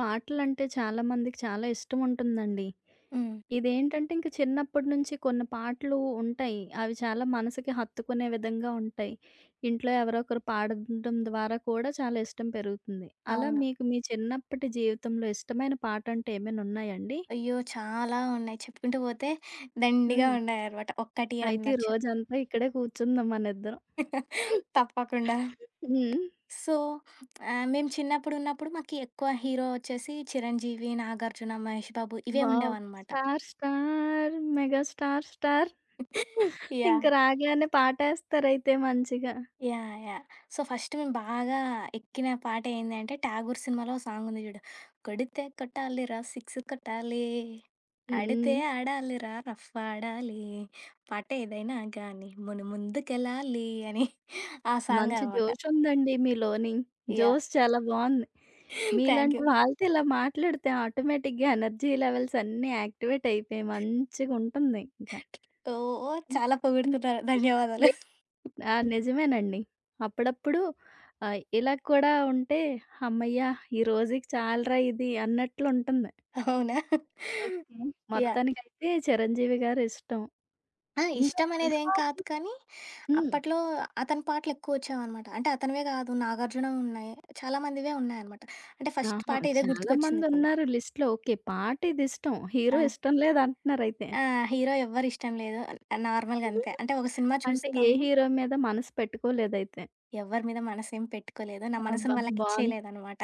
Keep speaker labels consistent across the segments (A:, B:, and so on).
A: పాటలంటే చాలా మందికి చాలా ఇష్టం ఉంటుందండి.
B: హ్మ్.
A: ఇదేంటంటే ఇంక చిన్నప్పటి నుంచి కొన్ని పాటలు ఉంటాయి. అవి చాలా మనసుకి హత్తుకునే విధంగా ఉంటాయి. ఇంట్లో ఎవరో ఒకరు పాడడం ద్వారా కూడా చాలా ఇష్టం పెరుగుతుంది. అలా
B: అవును.
A: మీకు మీ చిన్నప్పటి జీవితంలో ఇష్టమైన పాట అంటే ఏమైనా ఉన్నాయండి?
B: అయ్యో! చాలా ఉన్నాయి. చెప్పుకుంటూ పోతే దండిగా
A: హ్మ్.
B: ఉన్నాయనమాట. ఒక్కటి
A: అయితే ఈ
B: అనొచ్చు.
A: రోజంతా ఇక్కడే కూర్చుందాం మనిద్దరం.
B: తప్పకుండా.
A: హ్మ్.
B: సో, మేము చిన్నప్పుడున్నప్పుడు మాకు ఎక్కువ హీరో వచ్చేసి 'చిరంజీవి', 'నాగార్జున', 'మహేష్ బాబు' ఇవే
A: వావ్!
B: ఉండేవనమాట.
A: 'Star star mega star star' ఇంక
B: యాహ్!
A: రాగానే పాటేస్తారైతే మంచిగా.
B: యాహ్! యాహ్! సో, ఫస్ట్ మేము బాగా ఎక్కిన పాట ఏందంటే 'ఠాగూర్' సినిమాలో ఓ సాంగుంది జూడు. కొడితే కొట్టాలిరా సిక్స్ కొట్టాలి, ఆడితే
A: హ్మ్.
B: ఆడాలిరా రఫ్ ఆడాలి, పాట ఏదైనా గానీ మనం ముందుకెళ్ళాలి అని ఆ ఆ!
A: మంచి
B: సాంగనమాట.
A: జోషుందండి మీలోని. జోష్
B: యాహ్!
A: చాలా బావుంది.
B: థ్యాంక్
A: మీలాంటి
B: యూ.
A: వాళ్ళతో ఇలా మాట్లాడితే ఆటోమేటిక్‌గా ఎనర్జీ లెవెల్స్ అన్నీ యాక్టివేట్ అయిపోయి మంచిగుంటుంది ఇంక.
B: ఓహ్!
A: హ్మ్.
B: చాలా
A: హ్మ్.
B: పొగుడుతున్నారు. ధన్యవాదాలు.
A: లే ఆ! నిజమేనండి. అప్పుడప్పుడు ఆహ్, ఇలా కూడా ఉంటే హమ్మయ్య! ఈ రోజుకి చాలురా ఇది అన్నట్లుంటుంది.
B: అవునా?
A: ఓకే.
B: యాహ్!
A: మొత్తానికైతే చిరంజీవి గారు ఇష్టం.
B: ఆ!
A: ఇంకా ముందు
B: ఇష్టమనేదేం కాదు
A: పాటలు
B: కానీ
A: హ్మ్.
B: అప్పట్లో అతని పాటలెక్కువ వచ్చేవనమాట. అంటే అతనివే గాదు, 'నాగార్జునవి' ఉన్నాయి. చాలా మందివే ఉన్నాయనమాట. అంటే ఫస్ట్
A: ఆహా!
B: పాట ఇదే
A: చాలా
B: గుర్తుకొచ్చిందిప్పుడు.
A: మందున్నారు లిస్ట్‌లో. ఓకే. పాట ఇదిష్టం.
B: ఆ!
A: హీరో ఇష్టం లేదంటున్నారయితే.
B: ఆ! హీరో ఎవ్వరిష్టం లేదు. నార్మల్‌గా అంతే. అంటే ఒక సినిమా
A: అంటే ఏ
B: చూస్తాము,
A: హీరో మీద మనసు పెట్టుకోలేదయితే.
B: ఎవ్వరి మీద మనసేం పెట్టుకోలేదు. నా
A: అబ్బా!
B: మనసుని
A: బావుం
B: వాళ్ళకిచ్చేయలేదనమాట.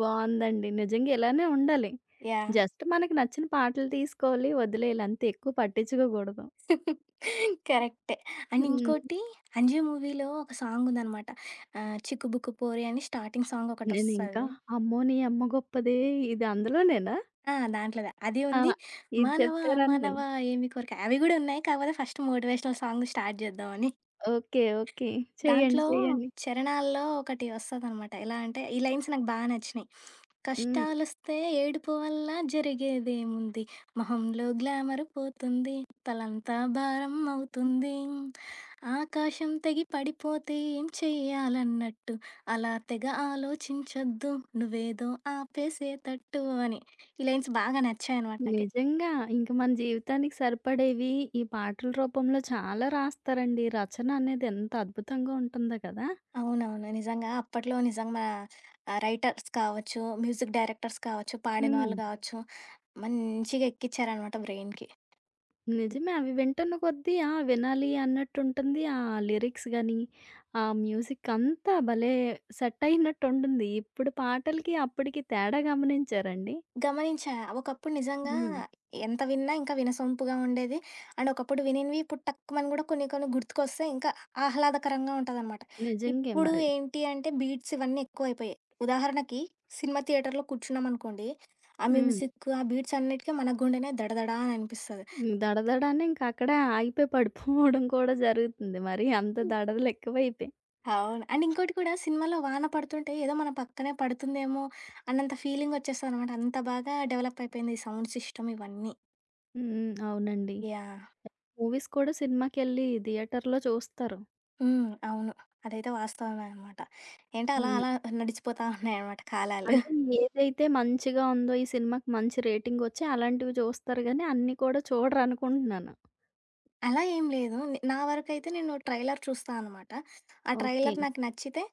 A: బావుందండి. నిజంగా ఇలానే ఉండాలి.
B: యాహ్!
A: జస్ట్ మనకి నచ్చిన పాటలు తీసుకోవాలి, వదిలేయాలి అంతే. ఎక్కువ పట్టించుకోకూడదు.
B: కరెక్టే. అండ్
A: హ్మ్.
B: ఇంకోటి 'అంజి' మూవీలో ఒక సాంగుందనమాట. 'చిక్కుబుక్కు పోరి' అని స్టార్టింగ్
A: నేనింకా
B: సాంగొకటొస్తది.
A: అమ్మో! నీ అమ్మ గొప్పదే ఇది అందులోనేనా?
B: ఆ! దాంట్లోదే. అది
A: ఆ!
B: ఉంది.
A: ఇది
B: 'మానవా
A: చెప్తారనుకున్నా.
B: మానవా ఏమి కోరిక' అవి గూడా ఉన్నాయి. కాకపోతే ఫస్ట్ మోటివేషనల్ సాంగ్ స్టార్ట్ చేద్దామని.
A: ఓకే. ఓకే. చెయ్యండి.
B: దాంట్లో
A: చెయ్యండి.
B: 'చరణాల్లో' ఒకటి వస్తదనమాట. ఎలా అంటే ఈ లైన్స్ నాకు బా నచ్చినాయి.
A: హ్మ్.
B: "కష్టాలొస్తే ఏడుపు వల్ల జరిగేదేముంది? మొహంలో గ్లామర్ పోతుంది. తలంతా భారం అవుతుంది. ఆకాశం తెగి పడిపోతే ఏం చెయ్యాలన్నట్టు. అలా తెగ ఆలోచించొద్దు. నువ్వేదో ఆపేసేతట్టు" అని. ఈ లైన్స్ బాగా నచ్చాయనమాట నాకి.
A: నిజంగా. ఇంక మన జీవితానికి సరిపడేవి ఈ పాటల రూపంలో చాలా రాస్తారండి. రచన అనేది ఎంత అద్భుతంగా ఉంటుందో కదా!
B: అవునవును. నిజంగా అప్పట్లో నిజంగా రైటర్స్ కావచ్చు, మ్యూజిక్ డైరెక్టర్స్ కావచ్చు,
A: హ్మ్.
B: పాడినవాళ్ళు కావచ్చు, మంచిగా ఎక్కిచ్చారనమాట బ్రెయిన్‌కి.
A: నిజమే. అవి వింటున్న కొద్దీ ఆ! వినాలి అన్నట్టుంటుంది. ఆ లిరిక్స్ గాని, ఆ మ్యూజిక్ అంతా భలే సెట్ అయినట్టుంటుంది. ఇప్పుడు పాటలకి, అప్పటికి తేడా గమనించారండి?
B: గమనించా ఒకప్పుడు నిజంగా
A: హ్మ్.
B: ఎంత విన్నా ఇంకా వినసొంపుగా ఉండేది. అండ్ ఒకప్పుడు వినినివి ఇప్పుడు టక్కుమని కూడా కొన్ని కొన్ని గుర్తుకొస్తే ఇంకా ఆహ్లాదకరంగా ఉంటదనమాట.
A: నిజంగే
B: ఇప్పుడు
A: మరి.
B: ఏంటి అంటే బీట్స్ ఇవన్నీ ఎక్కువైపోయాయి. ఉదాహరణకి సినిమా థియేటర్‌లో కూర్చున్నామనుకోండి, ఆ
A: హ్మ్.
B: మ్యూజిక్, ఆ బీట్స్ అన్నిటికి మన గుండెనే దడదడా అని అనిపిస్తది.
A: దడదడ అని ఇంక అక్కడే ఆగిపోయి పడిపోవడం కూడా జరుగుతుంది. మరి అంత దడదలు ఎక్కువైపోయాయి.
B: అవును. అండ్ ఇంకోటి కూడా సినిమాలో వాన పడుతుంటే ఏదో మన పక్కనే పడుతుందేమో అన్నంత ఫీలింగ్ వచ్చేస్తదనమాట. అంత బాగా డెవలప్ అయిపోయింది ఈ సౌండ్ సిస్టమ్ ఇవన్నీ.
A: హ్మ్. అవునండి.
B: యాహ్!
A: మూవీస్ కూడా సినిమాకెళ్ళి థియేటర్‌లో చూస్తారు.
B: హ్మ్. అవును. అదైతే వాస్తవమే అనమాట. ఏంటో అలా
A: హ్మ్.
B: అలా నడిచిపోతా ఉన్నాయనమాట కాలాలు.
A: అంటే ఏదైతే మంచిగా ఉందో, ఈ సినిమాకి మంచి రేటింగొచ్చి అలాంటివి చూస్తారు గానీ, అన్నీ కూడా చూడరనుకుంటున్నాను.
B: అలా ఏం లేదు. నే నా వరకైతే నేను ట్రైలర్ చూస్తా అనమాట. ఆ
A: ఓకే.
B: ట్రైలర్ నాకు నచ్చితే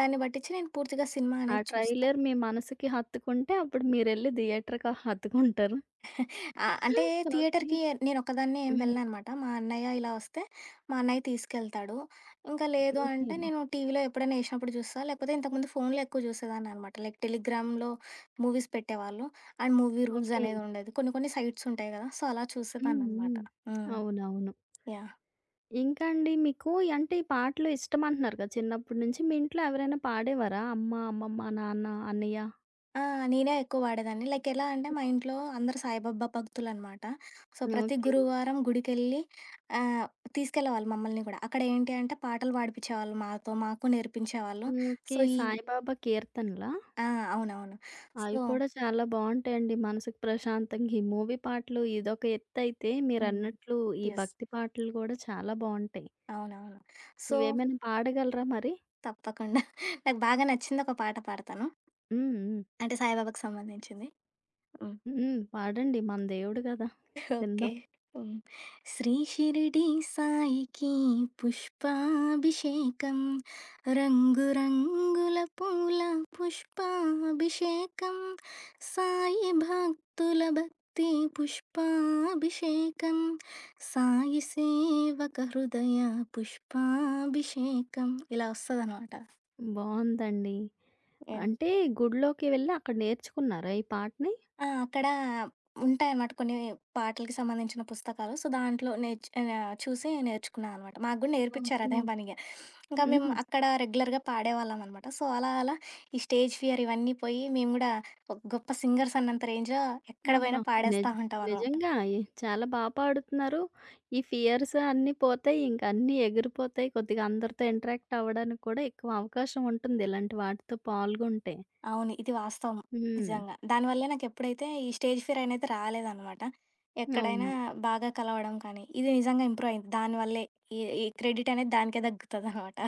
B: దాన్ని పట్టించి నేను పూర్తిగా సినిమా
A: ఆ
B: అనేది చూస్తా.
A: ట్రైలర్ మీ మనసుకి హత్తుకుంటే అప్పుడు మీరెళ్లి థియేటర్‌కి హత్తుకుంటారు.
B: ఆ! అంటే
A: ఓకే.
B: థియేటర్‌కి నేనొక్కదాన్నే ఏం
A: హ్మ్.
B: వెళ్ళననమాట. మా అన్నయ్య ఇలా వస్తే మా అన్నయ్య తీసుకెళ్తాడు. ఇంకా లేదు
A: ఓకే.
B: అంటే నేను టీవీలో ఎప్పుడైనా ఏసినప్పుడు చూస్తా. లేకపోతే ఇంతకుముందు ఫోన్‌లో ఎక్కువ చూసేదాన్ననమాట. లైక్ టెలిగ్రామ్‌లో మూవీస్ పెట్టేవాళ్ళు. And movie rules
A: okay.
B: అనేది ఉండేది. కొన్ని కొన్ని సైట్స్ ఉంటాయి గదా! సో, అలా
A: హ్మ్.
B: చూసేదాన్ననమాట.
A: హ్మ్.
B: హ్మ్.
A: అవునవును.
B: యాహ్!
A: ఇంకా అండి మీకు అంటే ఈ పాటలు ఇష్టమంటున్నారు కదా! చిన్నప్పటి నుంచి. మీ ఇంట్లో ఎవరైనా పాడేవారా? అమ్మ, అమ్మమ్మ, నాన్న, అన్నయ్య?
B: ఆ! నేనే ఎక్కువ వాడేదాన్ని. లైక్ ఎలా అంటే మా ఇంట్లో అందరూ సాయిబాబా భక్తులనమాట. సో, ప్రతి
A: ఓకే.
B: గురువారం గుడికెళ్ళి ఆహ్, తీసుకెళ్ళేవాళ్ళు మమ్మల్ని గూడా. అక్కడ ఏంటి అంటే పాటలు పాడిపిచ్చేవాళ్ళు మాతో. మాకు నేర్పించేవాళ్ళు.
A: ఓకే.
B: సో, ఈ
A: సాయిబాబా కీర్తనలా?
B: ఆ! అవునవును. సో
A: అవి కూడా చాలా బావుంటాయండి. మనసుకు ప్రశాంతంగా ఈ మూవీ పాటలు ఇదొక ఎత్తయితే
B: హ్మ్.
A: మీరన్నట్లు ఈ
B: యెస్.
A: భక్తి పాటలు గూడా చాలా బావుంటాయి.
B: అవునవును. సో,
A: ఇవేమైనా పాడగలరా మరి?
B: తప్పకుండా. నాకు బాగా నచ్చింది ఒక పాట పాడతాను.
A: హ్మ్. హ్మ్.
B: అంటే సాయిబాబాకి సంబంధించింది. హ్మ్.
A: హ్మ్. పాడండి. మన దేవుడు గదా!
B: ఓకే.
A: విందాం.
B: హ్మ్. శ్రీ షిరిడి సాయికి పుష్పాభిషేకం. రంగు రంగుల పూల పుష్పాభిషేకం. సాయి భక్తుల భక్తి పుష్పాభిషేకం. సాయి సేవక హృదయ పుష్పాభిషేకం. ఇలా వస్తదనమాట.
A: బావుందండి.
B: యాహ్!
A: అంటే గుడిలోకి వెళ్లి అక్కడ నేర్చుకున్నారా ఈ పాటని?
B: ఆ! అక్కడ ఉంటాయన్నమాట కొన్ని పాటలకి సంబంధించిన పుస్తకాలు. సో, దాంట్లో చూసి నేర్చుకున్నా అనమాట. మాకు గూడా నేర్పిచ్చారు
A: ఓకే.
B: అదే పనిగా. ఇంకా మేము
A: హుహు.
B: అక్కడ రెగ్యులర్‌గా పాడేవాళ్ళమనమాట. సో, అలా అలా ఈ స్టేజ్ ఫియర్ ఇవన్నీ పోయి మేము గూడా ఒక గొప్ప సింగర్స్ అన్నంత రేంజ్‌లో ఎక్కడ
A: అమ్మ!
B: పోయినా పాడేస్తా
A: నిజ్
B: ఉంటామనమాట.
A: నిజంగా ఎ చాలా బా పాడుతున్నారు. ఈ ఫియర్స్ అన్నీ పోతాయి. ఇంక అన్నీ ఎగిరిపోతాయి. కొద్దిగా అందరితో ఇంటరాక్ట్ అవ్వడానికి కూడా ఎక్కువ అవకాశం ఉంటుంది. ఇలాంటి వాటితో పాల్గొంటే.
B: అవును. ఇది వాస్తవం.
A: హ్మ్.
B: నిజంగా. దానివల్లే నాకెప్పుడైతే ఈ స్టేజ్ ఫియర్ అనేది రాలేదనమాట. ఎక్కడైనా
A: అవును.
B: బాగా కలవడం కానీ, ఇది నిజంగా ఇంప్రూవ్ అయింది. దానివల్లే ఈ ఈ క్రెడిట్ అనేది దానికే దక్కుతదనమాట.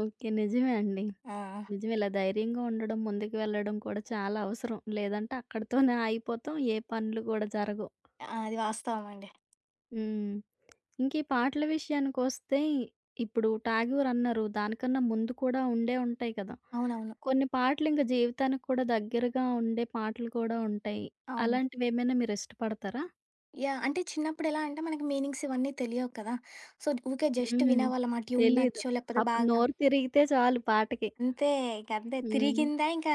A: ఓకే. నిజమే అండి.
B: ఆ!
A: నిజమే. ఇలా ధైర్యంగా ఉండడం, ముందుకు వెళ్ళడం కూడా చాలా అవసరం. లేదంటే అక్కడితోనే ఆగిపోతాం. ఏ పనులు గూడా జరగవు.
B: ఆ! అది వాస్తవమండి.
A: హ్మ్. ఇంక ఈ పాటల విషయానికొస్తే, ఇప్పుడు 'టాగూర్' అన్నారు. దానికన్నా ముందు కూడా ఉండే ఉంటాయి కదా!
B: అవునవును.
A: కొన్ని పాటలింక జీవితానికి కూడా దగ్గరగా ఉండే పాటలు కూడా ఉంటాయి.
B: అవును.
A: అలాంటివేమైనా మీరిష్టపడతారా?
B: యాహ్! అంటే చిన్నప్పుడెలా అంటే మనకి మీనింగ్స్ ఇవన్నీ తెలియవు కదా! సో, ఊకే జస్ట్
A: హ్మ్.
B: వినేవాళ్ళం. ఆ ట్యూన్
A: తెలీదు.
B: నచ్చో లేకపోతే
A: అప్పుడు
B: బాగా
A: నోరు తిరిగితే చాలు పాటకి.
B: అంతే ఇంకంతే
A: హ్మ్.
B: తిరిగిందా ఇంకా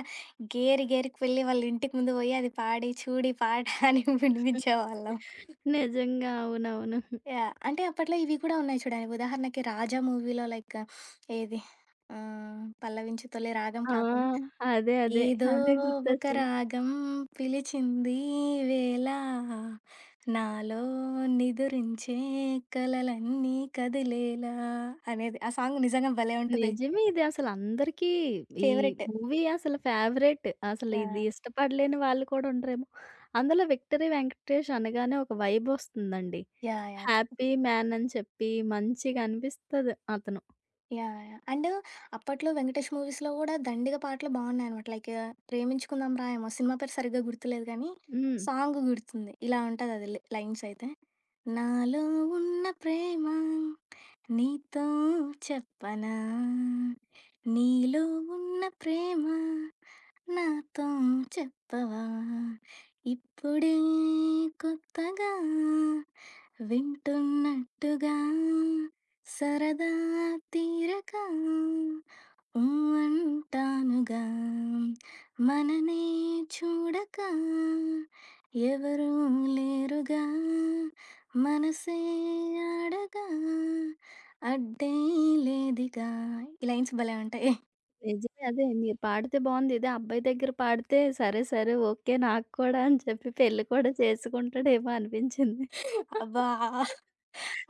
B: గేరి గేరికి వెళ్ళి వాళ్ళ ఇంటికి ముందు పోయి అది పాడి, చూడి పాట అని వినిపించేవాళ్ళం.
A: నిజంగా. అవునవును.
B: యాహ్! అంటే అప్పట్లో ఇవి కూడా ఉన్నాయి చూడండి. ఉదాహరణకి 'రాజా' మూవీలో లైక్ ఏది 'పల్లవించు తొలి రాగం'
A: ఆ!
B: కాకుండా
A: అదే. అదే.
B: ఏదో
A: అదే
B: ఒక
A: గుర్తొచ్చింది.
B: రాగం పిలిచింది వేళ నాలో నిదురించే కలలన్నీ కదిలేలా అనేది ఆ సాంగ్ నిజంగా భలే ఉంటది
A: నిజమే ఇది అసలు అందరికీ ఈ
B: ఫేవరెట్
A: మూవీ అసలు ఫేవరెట్. అసలు
B: యా
A: ఇది ఇష్టపడలేని వాళ్ళు కూడా ఉండరేమో. అందులో 'విక్టరీ వెంకటేష్' అనగానే ఒక వైబ్ వస్తుందండి.
B: యా యా
A: హ్యాపీ మ్యాన్ అని చెప్పి మంచిగా అనిపిస్తది అతను.
B: Yeah yeah. అండ్ అప్పట్లో వెంకటేష్ మూవీస్ లో కూడా దండిగా పాటలు బాగున్నాయి అనమాట లైక్ ప్రేమించుకుందాం రా ఏమో సినిమా పేరు సరిగ్గా గుర్తులేదు కానీ
A: హ్మ్.
B: సాంగ్ గుర్తుంది ఇలా ఉంటది అది లైన్స్ అయితే నాలో ఉన్న ప్రేమ నీతో చెప్పనా నీలో ఉన్న ప్రేమ నాతో చెప్పవా ఇప్పుడే కొత్తగా వింటున్నట్టుగా సరదా తీరక ఊ అంటానుగా మననే చూడక ఎవరూ లేరుగా మనసే ఆడగా అడ్డే లేదిగా ఈ లైన్స్ భలే ఉంటాయి
A: నిజమే. అదే మీరు పాడితే బావుంది. ఇదే అబ్బాయి దగ్గర పాడితే సరే, సరే, ఓకే. నాకు కూడా అని చెప్పి పెళ్లి కూడా చేసుకుంటాడేమో అనిపించింది.
B: అబ్బా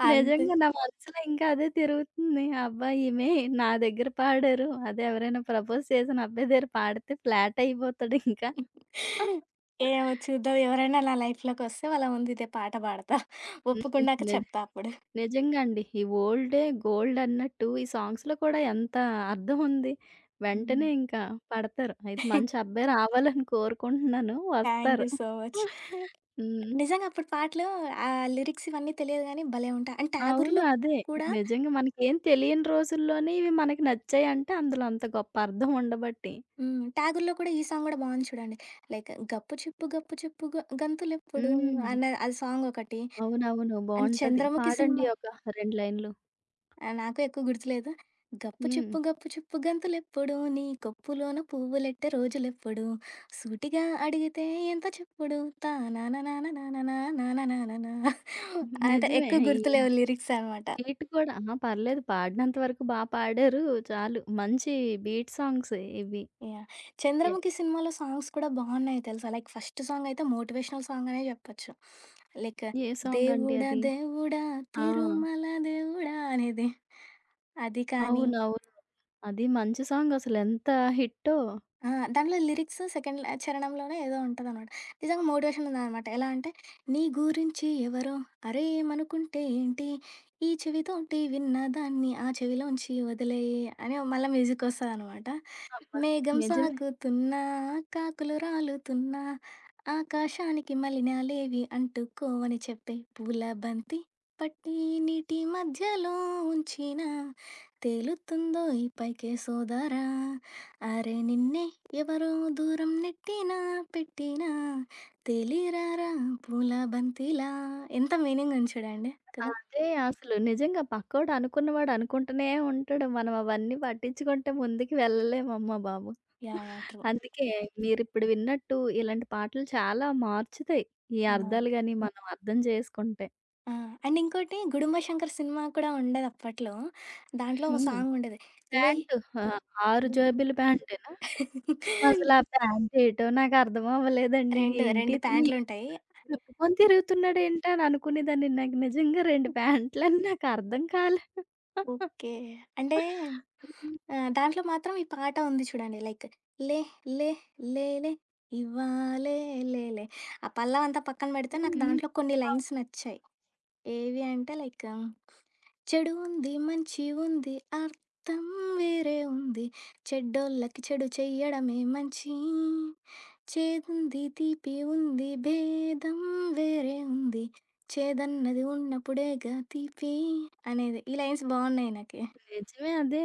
B: అంతే
A: నిజంగా నా మనసులో ఇంకా అదే తిరుగుతుంది. అబ్బా! ఈమె నా దగ్గర పాడారు. అదే ఎవరైనా ప్రపోజ్ చేసిన అబ్బాయి దగ్గర పాడితే ఫ్లాట్ అయిపోతాడు ఇంకా.
B: ఏమో చూద్దాం ఎవరైనా నా లైఫ్లోకి వస్తే వాళ్ళ ముందు ఇదే పాట పాడతా
A: హ్మ్.
B: ఒప్పుకున్నాక
A: నిజం.
B: చెప్తా అప్పుడు
A: నిజంగా అండి. ఈ ఓల్డే గోల్డ్ అన్నట్టు ఈ సాంగ్స్‌లో కూడా ఎంత అర్థం ఉంది. వెంటనే ఇంకా పడతారు. అయితే మంచి అబ్బాయి రావాలని కోరుకుంటున్నాను.
B: థ్యాంక్
A: వస్తారు.
B: యూ సో మచ్
A: హ్మ్.
B: నిజంగా అప్పుడు పాటలు ఆ లిరిక్స్ ఇవన్నీ తెలియదు గానీ భలే ఉంటాయి. అండ్
A: అవును.
B: 'ఠాగూర్‌లో'
A: అదే.
B: కూడా
A: నిజంగా మనకేం తెలియని రోజుల్లోనే ఇవి మనకి నచ్చాయంటే అందులో అంత గొప్ప అర్థం ఉండబట్టి.
B: హ్మ్. 'ఠాగూర్‌లో' కూడా ఈ సాంగ్ గూడా బావుంది చూడండి. లైక్ 'గప్పు చెప్పు గప్పు చెప్పు గ గంతులెప్పుడు'
A: హ్మ్.
B: అన్న అది సాంగ్ ఒకటి.
A: అవునవును.
B: అండ్
A: బావుంటది.
B: 'చంద్రముఖి'
A: పాడండి
B: సినిమా
A: ఒక 2 లైన్‌లు.
B: ఆ! నాకు ఎక్కువ గుర్తులేదు. గప్పు
A: హ్మ్.
B: చెప్పు గప్పు చెప్పు గంతులెప్పుడు నీ కొప్పులోన పువ్వులెట్టే రోజులెప్పుడు సూటిగా అడిగితే ఎంత చెప్పుడు తా నా నా నా నా నా నా నా నా నా నా నా నా. అంటే
A: నిజమే.
B: ఎక్కువ
A: ఈ
B: గుర్తులేవు లిరిక్స్ అనమాట.
A: బీట్ కూడా అహా! పర్లేదు పాడినంత వరకు బా పాడారు. చాలు. మంచి బీట్ సాంగ్సే ఇవి.
B: యాహ్!
A: ఏ
B: 'చంద్రముఖి' సినిమాలో సాంగ్స్ కూడా బావున్నాయి తెలుసా? లైక్ ఫస్ట్ సాంగ్ అయితే మోటివేషనల్ సాంగ్ అనే జెప్పొచ్చు. లైక్ హ్మ్.
A: ఏ సాంగ్ అండి
B: దేవుడా
A: అది?
B: దేవుడా
A: ఆ!
B: తిరుమల దేవుడా అనేది. అది కానీ
A: అవునవును. అది మంచి సాంగ్ అసలెంత హిట్టో.
B: ఆ! దాంట్లో లిరిక్స్ సెకండ్ ల చరణంలోనే ఏదో ఉంటదనమాట. నిజంగా మోటివేషన్ ఉందనమాట. ఎలా అంటే, నీ గురించి ఎవరో అరేయ్ ఏమనుకుంటే ఏంటి, ఈ చెవితోటి విన్న దాన్ని ఆ చెవిలోంచి వదిలేయి అని మళ్ళా మ్యూజికొస్తదనమాట.
A: అబ్బా!
B: మేఘం
A: నిజమే.
B: సాగుతున్నా, కాకులు రాలుతున్నా, ఆకాశానికి మలినాలేవి అంటుకోవని చెప్పే పూల బంతి పట్టి నీటి మధ్యలో ఉంచిన, తేలుతుందో ఈ పైకే సోదరా అరే నిన్నే ఎవరో దూరం నెట్టినా పెట్టినా తెలిరారా పూల బంతిలా ఎంత మీనింగ్ ఉంది చూడండి కదా
A: అదే అసలు నిజంగా పక్కోడు అనుకున్నవాడు అనుకుంటూనే ఉంటాడు. మనం అవన్నీ పట్టించుకుంటే ముందుకు వెళ్ళలేమమ్మ బాబు.
B: యా యా ట్రూ
A: అందుకే మీరిప్పుడు విన్నట్టు ఇలాంటి పాటలు చాలా మార్చుతాయి. ఈ అర్థాలు గాని మనం అర్థం చేసుకుంటే.
B: ఆ, అండ్ ఇంకోటి గుడుంబ శంకర్ సినిమా కూడా ఉండేది అప్పట్లో దాంట్లో ఒక
A: హ్మ్.
B: సాంగ్ ఉండేది లే
A: ప్యాంటు. ఆ! 6 జేబుల ప్యాంటేనా? అసలా ప్యాంట్ ఏటో నాకర్థం అవ్వలేదండి.
B: రెండు
A: ఏంటి
B: రెండు
A: ఇతను
B: ప్యాంట్లు ఉంటాయి
A: ఎప్పుడు విప్పుకొని తిరుగుతున్నాడేంటి అని అనుకునేదాన్ని. నాకు నిజంగా 2 ప్యాంట్లని నాకర్థం కాలే.
B: ఓకే. అంటే
A: హ్మ్.
B: దాంట్లో మాత్రం ఈ పాట ఉంది చూడండి. లైక్ లే లే లేలే ఇవ్వాలే లేలే. ఆ పల్లవంతా పక్కన పెడితే నాకు
A: హ్మ్.
B: దాంట్లో కొన్ని లైన్స్ నచ్చాయి. ఏవి అంటే లైక్ చెడు ఉంది, మంచి ఉంది, అర్థం వేరే ఉంది. చెడ్డోళ్ళకి చెడు చెయ్యడమే మంచి. చేదుంది, తీపి ఉంది, భేదం వేరే ఉంది. చేదన్నది ఉన్నప్పుడేగా తీపి అనేది. ఈ లైన్స్ బావున్నాయి నాకి.
A: నిజమే అదే.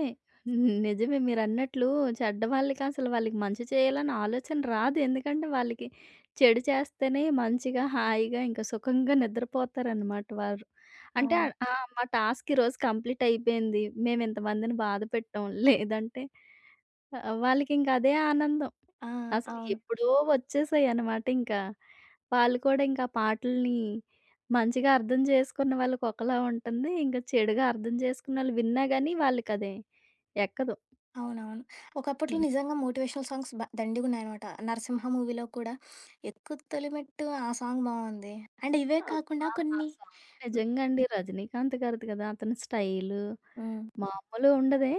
A: నిజమే మీరన్నట్లు చెడ్డవాళ్ళకి అసలు వాళ్ళకి మంచి చేయాలన్న ఆలోచన రాదు. ఎందుకంటే వాళ్ళకి చెడు చేస్తేనే మంచిగా, హాయిగా ఇంకా సుఖంగా నిద్రపోతారనమాట వారు. అంటే ఆ!
B: అవును.
A: ఆ, మా టాస్క్ ఈరోజు కంప్లీట్ అయిపోయింది. మేమింతమందిని బాధ పెట్టాం. లేదంటే ఆహ్, వాళ్ళకింక అదే ఆనందం.
B: ఆ!
A: అసలు
B: అవును.
A: ఎప్పుడో వచ్చేసాయన్నమాట ఇంకా. వాళ్ళు కూడా ఇంకా పాటల్ని మంచిగా అర్థం చేసుకున్న వాళ్ళకి ఒకలా ఉంటుంది. ఇంకా చెడుగా అర్థం చేసుకున్నోళ్ళు విన్నా గాని వాళ్ళకది ఎక్కదు.
B: అవునవును. ఒకప్పట్లో
A: హ్మ్.
B: నిజంగా మోటివేషనల్ సాంగ్స్ బ దండిగున్నాయనమాట. 'నరసింహ' మూవీలో కూడా 'ఎక్కు తొలిమెట్టు' ఆ సాంగ్ బావుంది. అండ్ ఇవే కాకుండా
A: అబ్బా! ఆ
B: కొన్ని
A: సాంగ్ నిజంగా అండి రజనీకాంత్ గారిది కదా! అతని స్టైలు
B: హ్మ్.
A: మామూలుగా ఉండదే.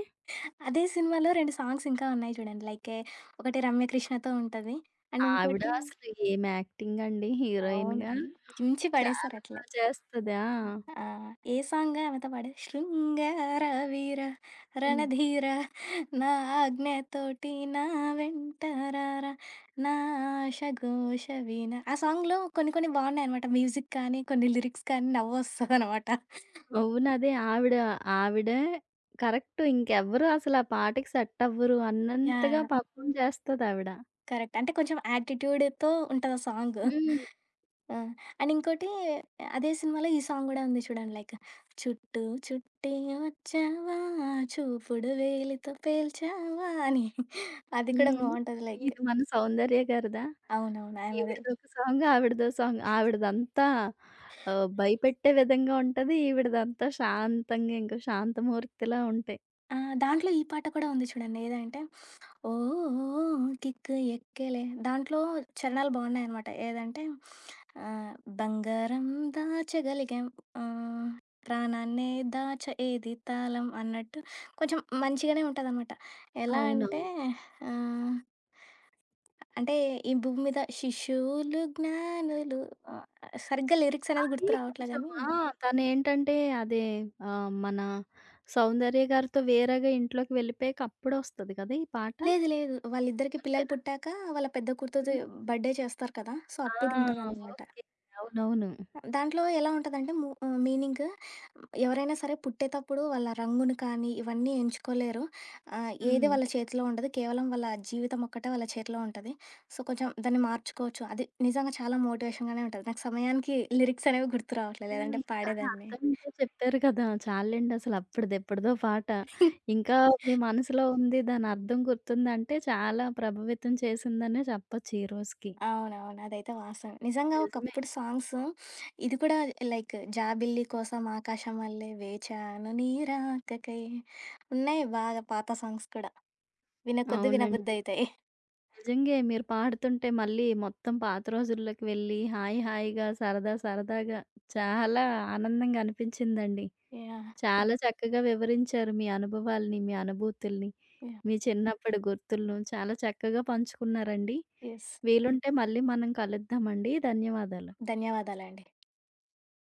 B: అదే సినిమాలో 2 సాంగ్స్ ఇంకా ఉన్నాయి చూడండి. లైక్ ఒకటి రమ్యకృష్ణతో ఉంటది. అండ్
A: ఆవిడ
B: ఇంకోటి
A: అసలు ఏం యాక్టింగ్ అండి
B: అవును.
A: హీరోయిన్‌గా. హ్మ్.
B: చించి పడేశారు
A: చాలా బా
B: అట్లా.
A: చేస్తది. ఆ!
B: హ్మ్. ఆ! ఏ సాంగ్ ఆమెతో పాడేది? 'శృంగార వీర రణధీర నా ఆజ్ఞతోటి నా వెంట రారా నా ఆశ ఘోష వీణ' ఆ సాంగ్‌లో కొన్ని కొన్ని బాగున్నాయనమాట. మ్యూజిక్ కానీ, కొన్ని లిరిక్స్ కానీ నవ్వొస్తదనమాట.
A: అవును. అదే ఆవిడ, ఆవిడే కరెక్ట్. ఇంకెవ్వరు అసల ఆ పాటకి సెట్ అవ్వరు
B: యాహ్!
A: అన్నంతగా
B: యాహ్!
A: పర్ఫార్మ్ చేస్తదావిడ.
B: కరెక్ట్. అంటే కొంచెం యాటిట్యూడ్‌తో ఉంటది ఆ సాంగు.
A: హ్మ్.
B: ఆ! అండ్ ఇంకోటి అదే సినిమాలో ఈ సాంగ్ గూడా ఉంది చూడండి. లైక్ చుట్టూ చుట్టి వచ్చావా చూపుడు వేలితో పేల్చావా అని అది కూడా
A: హ్మ్.
B: బావుంటది లైక్.
A: ఇది మన 'సౌందర్య' గారిదా?
B: అవునవును. ఆమెదే.
A: ఈవిడదొక సాంగ్, ఆవిడదో సాంగ్. ఆవిడదంతా ఆహ్, భయపెట్టే విధంగా ఉంటది. ఈవిడదంతా శాంతంగా ఇంకా శాంతమూర్తిలా ఉంటాయి.
B: ఆ! దాంట్లో ఈ పాట కూడా ఉంది చూడండి. ఏదంటే ఓ కిక్కు ఎక్కేలే దాంట్లో చరణాలు బాగున్నాయన్నమాట. ఏదంటే ఆహ్, బంగారం దాచగలిగాం ఆహ్, ప్రాణాన్నే దాచ ఏది తాళం అన్నట్టు కొంచెం మంచిగానే ఉంటదనమాట. ఎలా
A: అవునవును.
B: అంటే ఆహ్, అంటే ఈ భూమి మీద శిశువులు జ్ఞానులు ఆహ్, సరిగ్గా లిరిక్స్ అనేది
A: అది
B: గుర్తు రావట్లే
A: కొంచెం
B: గానీ
A: ఆ! తనేంటంటే అదే ఆహ్, మన 'సౌందర్య' గారితో వేరేగా ఇంట్లోకి వెళ్ళిపోయాక అప్పుడొస్తది కదా! ఈ పాట.
B: లేదు లేదు. వాళ్ళిద్దరికి పిల్లలు
A: అంతేనా?
B: పుట్టాక వాళ్ళ పెద్ద కూతురిది బర్త్‌డే చేస్తారు కదా! సో, అవును.
A: ఆ!
B: అప్పుడుంటదనమాట.
A: ఓకే. అవునవును.
B: దాంట్లో ఎలా ఉంటదంటే మీనింగ్ ఎవరైనా సరే పుట్టేతప్పుడు వాళ్ళ రంగును కానీ, ఇవన్నీ ఎంచుకోలేరు. ఏది
A: హ్మ్.
B: వాళ్ళ చేతిలో ఉండదు. కేవలం వాళ్ళ జీవితం ఒక్కటే వాళ్ళ చేతిలో ఉంటది. సో, కొంచెం దాన్ని మార్చుకోవచ్చు. అది నిజంగా చాలా మోటివేషన్‌గానే ఉంటది. నాకు సమయానికి లిరిక్స్ అనేవి గుర్తు రావట్లేదు.
A: హ్మ్.
B: లేదంటే
A: కానీ
B: పాడేదాన్ని.
A: అర్థమైతే చెప్పారు కదా! చాల్లేండసలు అప్పటిదెప్పటిదో పాట. ఇంకా మీ మనసులో ఉంది దాని అర్థం గుర్తుందంటే చాలా ప్రభావితం చేసిందనే చెప్పొచ్చు ఈ రోజుకి.
B: అవునవును. అదైతే వాస్తవం. నిజంగా
A: నిజమే.
B: ఒకప్పుడు సాంగ్స్ ఇది కూడా లైక్ 'జాబిల్లి కోసం ఆకాశం వల్లే వేచాను నీ రాకకై' ఉన్నాయి బాగా పాత సాంగ్స్ కూడా. వినకొద్దీ హ్మ్.
A: అవునండి.
B: వినబుద్ధయితాయి.
A: నిజంగే మీరు పాడుతుంటే మళ్ళీ మొత్తం పాత రోజుల్లోకి వెళ్ళి హాయి హాయిగా, సరదా సరదాగా చాలా ఆనందంగా అనిపించిందండి.
B: యాహ్!
A: చాలా చక్కగా వివరించారు మీ అనుభవాల్ని, మీ అనుభూతుల్ని.
B: యాహ్!
A: మీ చిన్నప్పటి గుర్తులను చాలా చక్కగా పంచుకున్నారండి.
B: యెస్.
A: వీలుంటే మళ్ళీ మనం కలుద్దామండి. ధన్యవాదాలు.
B: ధన్యవాదాలండి.